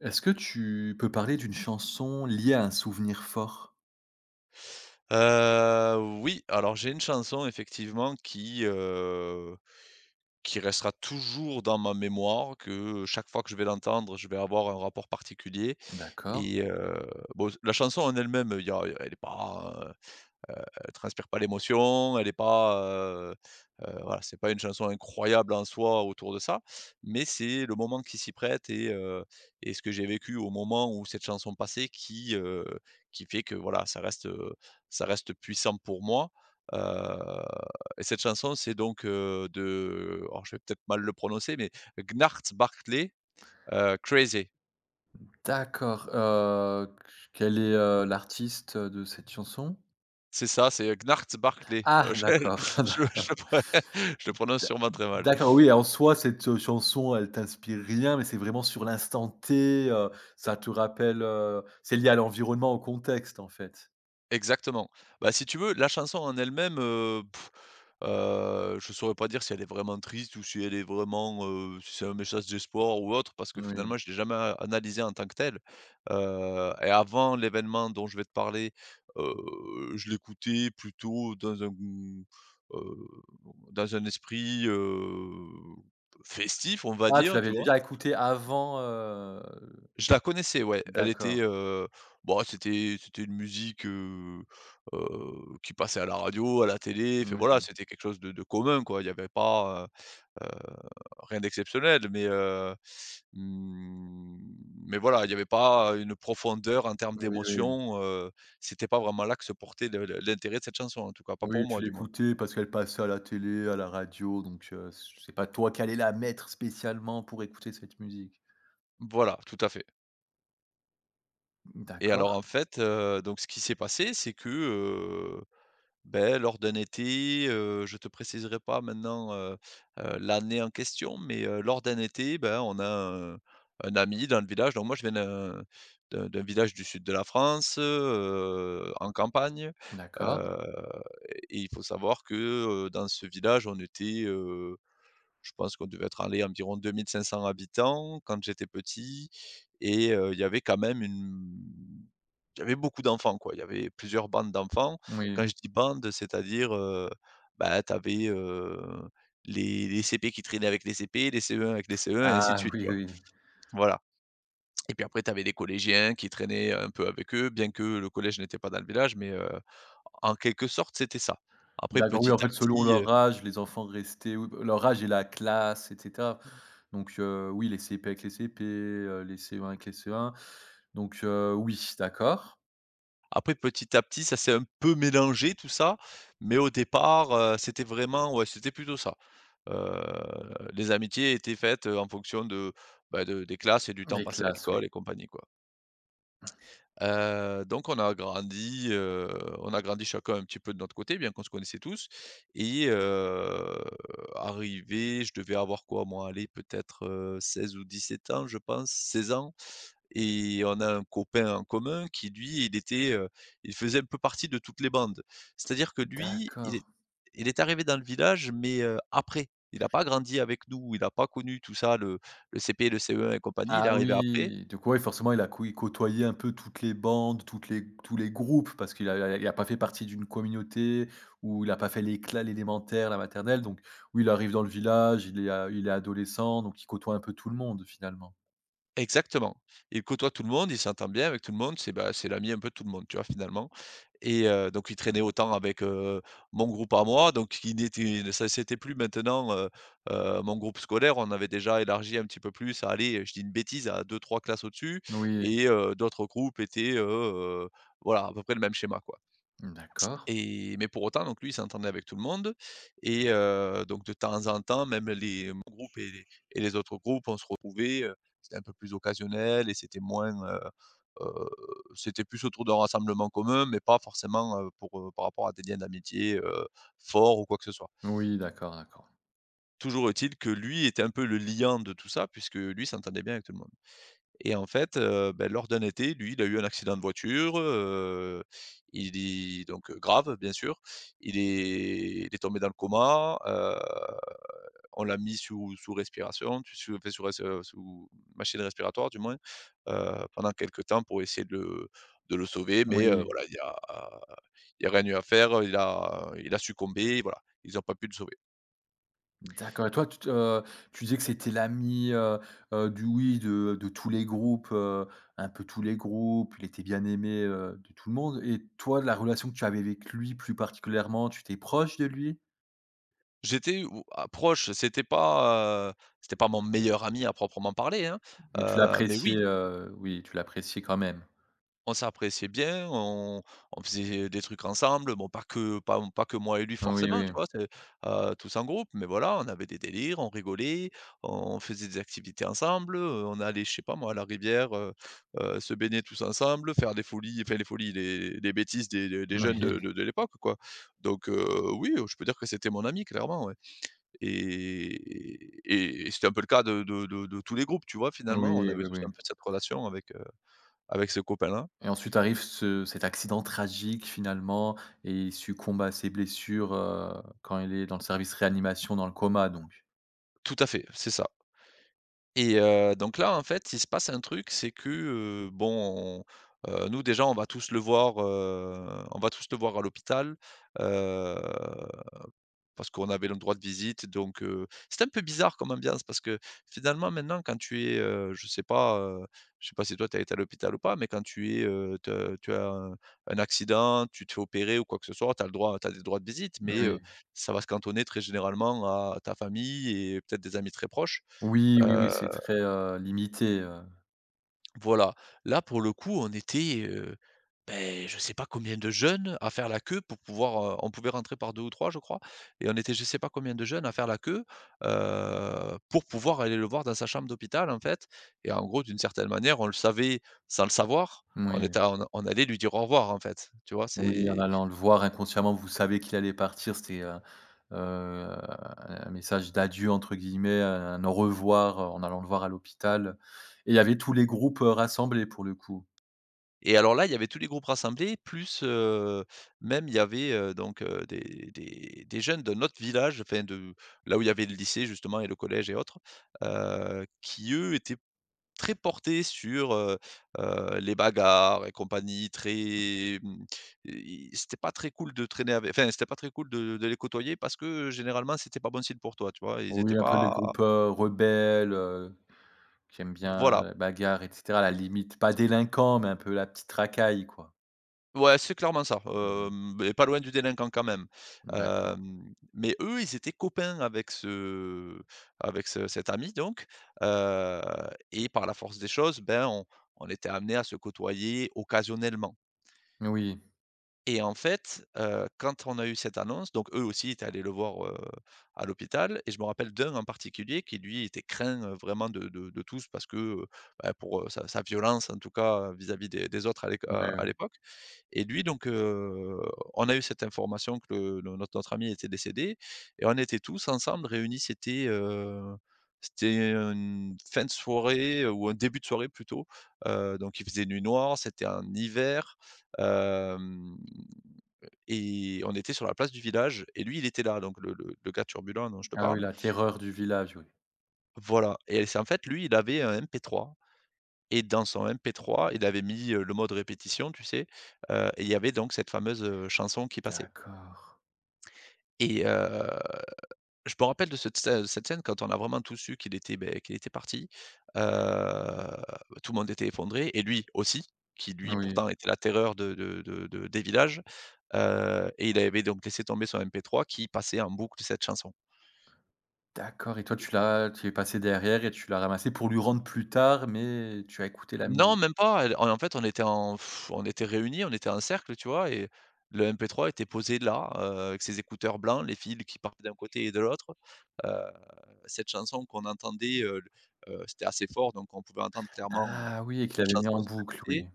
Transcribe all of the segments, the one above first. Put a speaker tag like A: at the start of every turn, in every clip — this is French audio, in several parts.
A: Est-ce que tu peux parler d'une chanson liée à un souvenir fort?
B: Oui, alors j'ai une chanson effectivement qui restera toujours dans ma mémoire, que chaque fois que je vais l'entendre, je vais avoir un rapport particulier.
A: D'accord.
B: Et heu, bon, la chanson en elle-même, il y a elle est pas elle transpire pas l'émotion, elle est pas, heu voilà, C'est pas une chanson incroyable en soi autour de ça, mais c'est le moment qui s'y prête et et ce que j'ai vécu au moment où cette chanson passait, qui fait que voilà, ça ça reste puissant pour moi. Heu et cette chanson, c'est donc de, alors je vais peut-être mal le prononcer, mais Gnarth Barkley, Crazy.
A: D'accord, quel est, l'artiste de cette chanson?
B: C'est ça, c'est Gnarth Barkley.
A: Ah
B: Je
A: d'accord,
B: je je
A: d'accord.
B: je le prononce sûrement très mal.
A: D'accord, oui, en soi, cette, chanson, elle t'inspire rien, mais c'est vraiment sur l'instant T, ça te rappelle, c'est lié à l'environnement, au contexte, en fait?
B: Exactement. Bah, si tu veux, la chanson en elle-même, je saurais pas dire si elle est vraiment triste ou si elle est vraiment, si c'est un message d'espoir ou autre, parce que
A: Oui.
B: finalement je l'ai jamais a analysée en tant que telle. Et avant l'événement dont je vais te parler, heu, je l'écoutais plutôt dans dans un festif, on va
A: Ah, tu
B: dire,
A: l'avais
B: tu vois?
A: déjà écouté avant,
B: Je la connaissais, ouais. Elle était,
A: d'accord.
B: heu, bah, c'était une musique qui passait à la radio, à la télé, enfin voilà,
A: Oui,
B: c'était quelque chose de commun, quoi. Il n'y avait pas, heu heu, rien d'exceptionnel, mais mmh, mais voilà, il n'y avait pas une profondeur en termes
A: oui, oui.
B: d'émotion, c'était pas vraiment là que se portait le l'intérêt de cette chanson, en tout cas, pas
A: Oui,
B: pour
A: tu
B: moi, du moins.
A: l'écoutais parce qu'elle passait à la télé, à la radio, donc c'est pas toi qui allais la mettre spécialement pour écouter cette musique.
B: Voilà, tout à fait. Et
A: D'accord,
B: alors, en fait, donc ce qui s'est passé, c'est que, beh, lors d'un été, je te préciserai pas maintenant, l'année en question, mais lors d'un été, ben, on a un ami dans le village. Donc moi je viens d'un village du sud de la France, en campagne.
A: d'accord,
B: Heu et il faut savoir que, dans ce village, on était, je pense qu'on devait être allé environ 2500 habitants quand j'étais petit. Il y avait quand même une il y avait beaucoup d'enfants, quoi. Il y avait plusieurs bandes d'enfants. Quand
A: oui.
B: je dis bande, tu avais, les CP qui traînaient avec les CP, les CE1 avec les CE1 et ainsi de
A: Ah
B: suite,
A: oui,
B: tu vois?
A: oui.
B: Voilà. Et puis après tu avais les collégiens qui traînaient un peu avec eux, bien que le collège n'était pas dans le village, mais en quelque sorte, c'était ça. Après
A: D'accord, oui,
B: petit
A: en fait,
B: à
A: selon
B: petit,
A: leur âge, les enfants restaient oui, bah, leur âge et la classe et cetera. Donc oui, les CP avec les CP, les CE1 avec les CE1. Donc oui, d'accord.
B: Après petit à petit, ça s'est un peu mélangé tout ça, mais au départ, c'était vraiment ouais, c'était plutôt ça. Heu, les amitiés étaient faites, en fonction de, bah, de des classes et du temps
A: Les
B: passé à
A: classes, oui.
B: l'école et compagnie, quoi. Donc on a grandi, on a grandi chacun un petit peu de notre côté, bien qu'on se connaissait tous. et heu, Arrivé, je devais avoir quoi moi? Aller peut-être, 16 ou sept ans je pense, 16 ans, et on a un copain en commun qui lui, il était, il faisait un peu partie de toutes les bandes. C'est-à-dire que lui, il
A: D'accord.
B: est il est arrivé dans le village, mais, après. Il n'a pas grandi avec nous, il n'a pas connu tout ça, le CP, le CE1 et compagnie, il
A: Ah
B: est arrivé après.
A: oui, du coup, ouais, forcément, il a co il côtoyait un peu toutes les bandes, toutes les tous les groupes parce qu'il a pas fait partie d'une communauté ou il a pas fait l'éclat, l'élémentaire, la maternelle, donc oui, il arrive dans le village, il est adolescent, donc il côtoie un peu tout le monde, finalement.
B: Exactement. Il côtoie tout le monde, il s'entend bien avec tout le monde, c'est, bah, c'est l'ami un peu de tout le monde, tu vois, finalement. Donc il traînait autant avec, mon groupe à moi, donc il n'était ça c'était plus maintenant, mon groupe scolaire, on avait déjà élargi un petit peu plus à aller, je dis une bêtise, à deux trois classes au-dessus,
A: Oui,
B: et d'autres groupes étaient, voilà, à peu près le même schéma, quoi.
A: d'accord.
B: Et mais pour autant, donc lui, il s'entendait avec tout le monde. Donc de temps en temps, même les mon groupe et les autres groupes, on se retrouvait, c'était un peu plus occasionnel et c'était moins, heu, c'était plus autour d'un rassemblement commun, mais pas forcément, pour, par rapport à des liens d'amitié forts ou quoi que ce soit.
A: Oui, d'accord, d'accord.
B: Toujours est-il que lui était un peu le liant de tout ça puisque lui s'entendait bien avec tout le monde. Et en fait, bah, lors d'un été, lui, il a eu un accident de voiture, il est donc grave, bien sûr. Il est tombé dans le coma, on l'a mis sous respiration, tu sous enfin sous machine respiratoire du moins, pendant quelques temps pour essayer de le sauver, mais
A: Oui.
B: voilà, il y a rien eu à faire, il a succombé, voilà, ils n'ont pas pu le sauver.
A: D'accord et toi tu disais que c'était l'ami, du oui, de tous les groupes, un peu tous les groupes, il était bien aimé, de tout le monde et toi, la relation que tu avais avec lui plus particulièrement, tu t'es proche de lui?
B: J'étais ou à proche, c'était pas mon meilleur ami à proprement parler, hein,
A: Mais tu
B: mais
A: l'appréciais,
B: oui,
A: oui, tu l'appréciais quand même?
B: on s'appréciait bien, on faisait des trucs ensemble, bon pas que moi et lui
A: Oui,
B: forcément,
A: oui.
B: tu vois? C'est, tous en groupe, mais voilà, on avait des délires, on rigolait, on faisait des activités ensemble, on allait, je sais pas moi, à la rivière, se baigner tous ensemble, faire des folies, enfin les folies, les bêtises des jeunes de
A: Oui.
B: de de l'époque, quoi. Donc oui, je peux dire que c'était mon ami clairement, ouais. Et et et c'était un peu le cas de tous les groupes, tu vois?
A: Oui,
B: Finalement, on avait
A: oui,
B: tous
A: oui
B: un peu cette relation avec, avec ce copain-là.
A: et ensuite arrive ce cet accident tragique finalement et il succombe à ses blessures, quand il est dans le service réanimation dans le coma donc?
B: Tout à fait, c'est ça. Donc là, en fait, il se passe un truc, c'est que, bon, on, nous déjà, on va tous le voir, on va tous le voir à l'hôpital, heu, parce qu'on avait le droit de visite. Donc c'était un peu bizarre comme ambiance parce que finalement maintenant quand tu es, je sais pas si toi tu as été à l'hôpital ou pas, mais quand tu es, te tu as un accident, tu te fais opérer ou quoi que ce soit, tu as le droit tu as des droits de visite, mais
A: Oui.
B: ça va se cantonner très généralement à ta famille et peut-être des amis très proches.
A: Oui, oui, oui,
B: Heu,
A: c'est très, limité,
B: voilà. Là, pour le coup, on était, beh, je sais pas combien de jeunes à faire la queue pour pouvoir, on pouvait rentrer par 2 ou 3 je crois, et on était je sais pas combien de jeunes à faire la queue, pour pouvoir aller le voir dans sa chambre d'hôpital, en fait. Et en gros, d'une certaine manière, on le savait sans le savoir. On
A: moui,
B: était On allait lui dire au revoir, en fait, tu vois?
A: oui, en
B: C'est...
A: allant le voir inconsciemment, vous savez qu'il allait partir, c'était, heu, un message «d'adieu» entre guillemets, un au revoir, en allant le voir à l'hôpital et il y avait tous les groupes, rassemblés pour le coup.
B: Et alors là, il y avait tous les groupes rassemblés, plus, même il y avait, des jeunes d'un autre village, enfin de là où il y avait le lycée justement et le collège et autres, qui eux étaient très portés sur, les bagarres et compagnie, très, i c'était pas très cool de traîner avec enfin c'était pas très cool de les côtoyer parce que, généralement c'était pas bon signe pour toi, tu vois? Ils étaient
A: Oui, un peu les
B: pas
A: groupes, rebelles, qui aiment bien
B: voilà.
A: la bagarre et cetera, à la limite, pas délinquant, mais un peu la petite racaille, quoi.
B: Ouais, c'est clairement ça,
A: Mmh,
B: hem, et pas loin du délinquant quand même.
A: d'accord.
B: Hem, mais eux, ils étaient copains avec ce cet ami donc, heu et par la force des choses, ben, on était amené à se côtoyer occasionnellement.
A: Oui, oui,
B: Et en fait, quand on a eu cette annonce, donc eux aussi étaient allés le voir, à l'hôpital, et je me rappelle d'un en particulier qui lui était craint, vraiment de tous parce que, bah, pour, sa violence en tout cas, vis-à-vis des autres
A: oui.
B: à l'époque. Et lui donc, on a eu cette information que le no notre notre ami était décédé et on était tous ensemble réunis. C'était, c'était une fin de soirée ou un début de soirée plutôt, donc il faisait nuit noire, c'était en hiver, hem, et on était sur la place du village et lui, il était là, donc le gars turbulent dont je te
A: Ah oui,
B: parle.
A: la terreur du village, oui.
B: Voilà. Et c'est en fait, lui, il avait un MP3 et dans son MP3, il avait mis, le mode répétition, tu sais? Et il y avait donc cette fameuse, chanson qui passait.
A: D'accord.
B: Et heu, je me rappelle de cette scène quand on a vraiment tous su qu'il était, beh, qu'il était parti, heu, bah, tout le monde était effondré et lui aussi, qui lui
A: Oui.
B: pourtant était la terreur de des villages, et il avait donc laissé tomber son MP3 qui passait en boucle cette chanson.
A: D'accord et toi tu es passé derrière et tu l'as ramassé pour lui rendre plus tard, mais tu as écouté la
B: Non,
A: musique.
B: même pas, elle en fait, on était en on était réunis, on était en cercle, tu vois? Et le MP3 était posé là, avec ses écouteurs blancs, les fils qui partaient d'un côté et de l'autre. Heu, Cette chanson qu'on entendait, le c'était assez fort, donc on pouvait entendre clairement
A: Ah oui, et qu'il
B: la
A: avait mis
B: chanson
A: en
B: se
A: boucle,
B: répéter.
A: oui.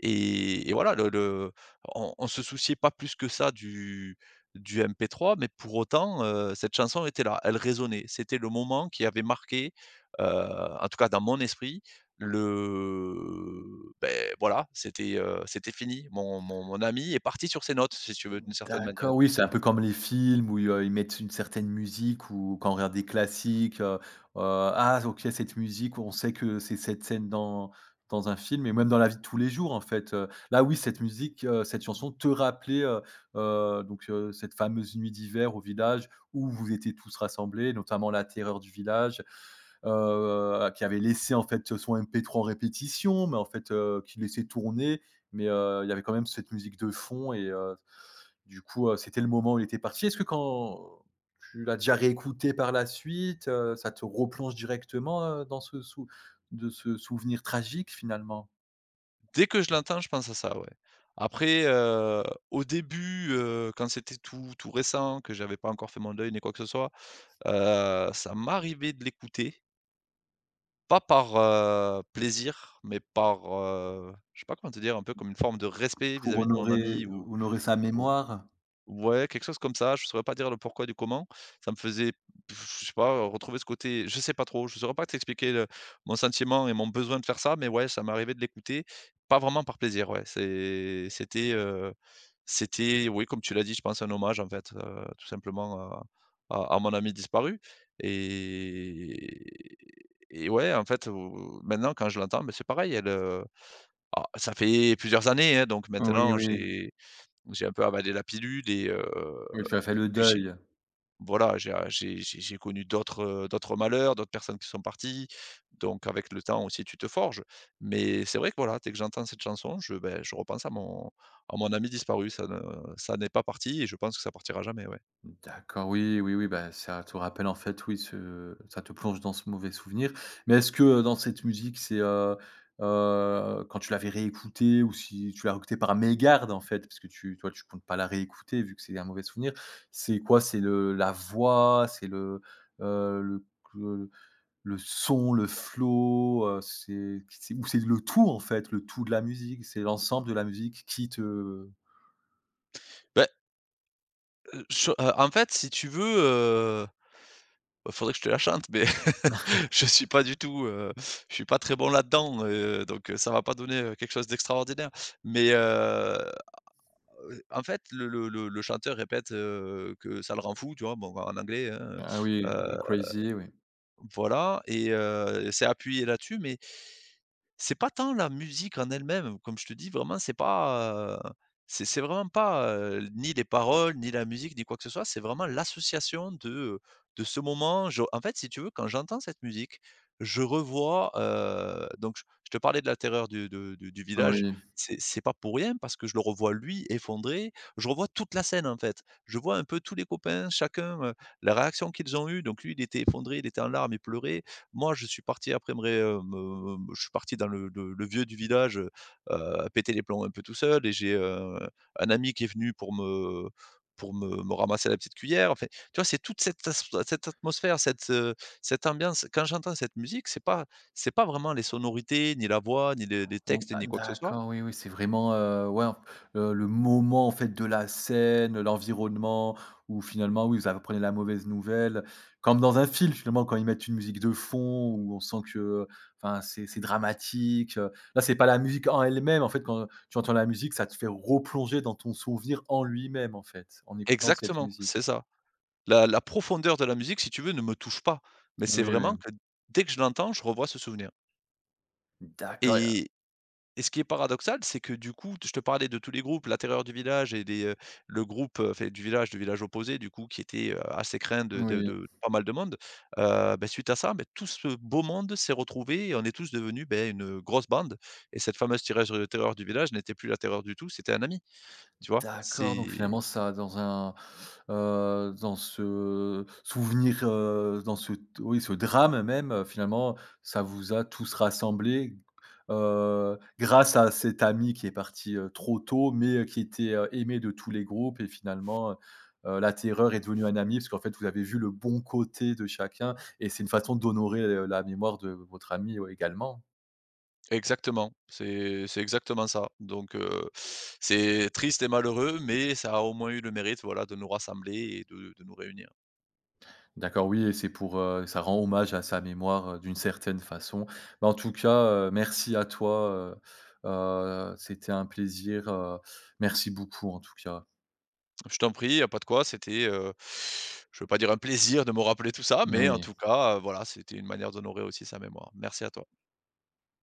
B: Et voilà, le on se souciait pas plus que ça du MP3, mais pour autant, cette chanson était là, elle résonnait. C'était le moment qui avait marqué, en tout cas dans mon esprit, le beh, voilà, c'était fini. Mon ami est parti sur ses notes, si tu veux, d'une certaine manière,
A: D'accord, oui,
B: d'une
A: c'est un
B: certaai
A: peu comme les films où, ils mettent une certaine musique ou quand on regarde des classiques, ah OK, cette musique, on sait que c'est cette scène dans un film et même dans la vie de tous les jours, en fait. Là, oui, cette musique, cette chanson te rappelait, donc, cette fameuse nuit d'hiver au village où vous étiez tous rassemblés, notamment la terreur du village, qui avait laissé, en fait, son MP3 en répétition, mais en fait, qui laissait tourner, mais, il y avait quand même cette musique de fond et du coup, c'était le moment où il était parti. Est-ce que quand tu l'as déjà réécouté par la suite, ça te replonge directement, dans ce sou de ce souvenir tragique finalement?
B: dès que je l'entends, je pense à ça, ouais. Après, au début, quand c'était tout récent, que j'avais pas encore fait mon deuil ni quoi que ce soit, ça m'arrivait de l'écouter. Pas par, plaisir, mais par, je sais pas comment te dire, un peu comme une forme de respect
A: Pour
B: vis-à-vis de mon ami
A: honorer sa
B: ou
A: mémoire?
B: ouais, quelque chose comme ça, je saurais pas dire le pourquoi du comment. Ça me faisait, je sais pas, retrouver ce côté, je sais pas trop, je saurais pas t'expliquer le mon sentiment et mon besoin de faire ça, mais ouais, ça m'arrivait de l'écouter, pas vraiment par plaisir, ouais. C'était, c'était, oui, comme tu l'as dit, je pense un hommage, en fait, tout simplement à mon ami disparu et ouais, en fait, maintenant quand je l'entends, mais c'est pareil, elle, ça fait plusieurs années, hein, donc
A: Oui,
B: maintenant
A: oui,
B: j'ai un peu avalé la pilule et
A: oui, tu as fait le
B: puis j'ai
A: deuil.
B: voilà, j'ai ah, j'ai connu d'autres, d'autres malheurs, d'autres personnes qui sont parties, donc avec le temps aussi, tu te forges. Mais c'est vrai que voilà, dès que j'entends cette chanson, je, beh, je repense à mon ami disparu. Ça n'est pas parti et je pense que ça partira jamais, ouais.
A: D'accord, oui, oui, oui, bah, ça te rappelle en fait, oui, ce ça te plonge dans ce mauvais souvenir. Mais est-ce que, dans cette musique, c'est, quand tu l'avais réécoutée ou si tu l'as réécoutée par mégarde en fait, parce que tu toi, tu comptes pas la réécouter vu que c'est un mauvais souvenir. C'est quoi? C'est le la voix, c'est heu, le le le son, le flow, c'est ou c'est le tout en fait, le tout de la musique? C'est l'ensemble de la musique qui te
B: ben je En fait, si tu veux, bah, faudrait que je te la chante, mais je suis pas du tout, je suis pas très bon là-dedans, ça va pas donner, quelque chose d'extraordinaire. Mais heu le chanteur répète, que ça le rend fou, tu vois? Bon, en anglais, hein,
A: ah oui,
B: heu,
A: Crazy, oui.
B: voilà et c'est appuyé là-dessus, mais c'est pas tant la musique en elle-même, comme je te dis, vraiment, c'est vraiment pas, ni les paroles, ni la musique, ni quoi que ce soit, c'est vraiment l'association de ce moment. Je En fait, si tu veux, quand j'entends cette musique, je revois, donc je te parlais de la terreur du de du village,
A: Oui.
B: c'est pas pour rien parce que je le revois lui effondré, je revois toute la scène, en fait. Je vois un peu tous les copains, chacun, la réaction qu'ils ont eue, donc lui, il était effondré, il était en larmes, il pleurait. Moi, je suis parti après me ré me me- je suis parti dans le vieux du village, péter les plombs un peu tout seul, et j'ai, un ami qui est venu pour me ramasser la petite cuillère. Enfin, tu vois, c'est toute cette atmosphère, cette, cette ambiance. Quand j'entends cette musique, c'est pas vraiment les sonorités, ni la voix, ni les
A: Ou
B: textes,
A: ah
B: ni quoi que ce soit.
A: d'accord, oui, oui, c'est vraiment, ouais, en le moment, en fait, de la scène, l'environnement où finalement, oui, vous apprenez la mauvaise nouvelle. Comme dans un film, finalement, quand ils mettent une musique de fond où on sent que, enfin, c'est dramatique. Là, c'est pas la musique en elle-même, en fait, quand tu entends la musique, ça te fait replonger dans ton souvenir en lui-même, en fait, en écoutant cette
B: Exactement, c'est
A: musique.
B: ça. La profondeur de la musique, si tu veux, ne me touche pas, mais c'est
A: Oui, oui,
B: vraiment que dès que je l'entends, je revois ce souvenir.
A: d'accord,
B: et Et ce qui est paradoxal, c'est que du coup, je te parlais de tous les groupes, la terreur du village et des, le groupe, enfin du village opposé du coup qui était, assez craint de de
A: oui.
B: de pas mal de monde. Bah, suite à ça, ben tout ce beau monde s'est retrouvé et on est tous devenus, ben, une grosse bande, et cette fameuse tireur terreur du village n'était plus la terreur du tout, c'était un ami, tu vois?
A: D'accord, donc
B: C'est
A: finalement ça dans ce souvenir, dans ce oui, ce drame même, finalement, ça vous a tous rassemblés, grâce à cet ami qui est parti, trop tôt, mais, qui était, aimé de tous les groupes et finalement, la terreur est devenue un ami, parce qu'en fait, vous avez vu le bon côté de chacun et c'est une façon d'honorer, la mémoire de votre ami, ouais, également.
B: exactement, c'est exactement ça. Donc, c'est triste et malheureux, mais ça a au moins eu le mérite, voilà, de nous rassembler et de nous réunir.
A: D'accord, oui et ça rend hommage à sa mémoire, d'une certaine façon. Bah, en tout cas, merci à toi, c'était un plaisir, merci beaucoup en tout cas.
B: Je t'en prie, y a pas de quoi. C'était, je veux pas dire un plaisir de me rappeler tout ça, mais en
A: Oui.
B: tout cas, voilà, c'était une manière d'honorer aussi sa mémoire. Merci à toi.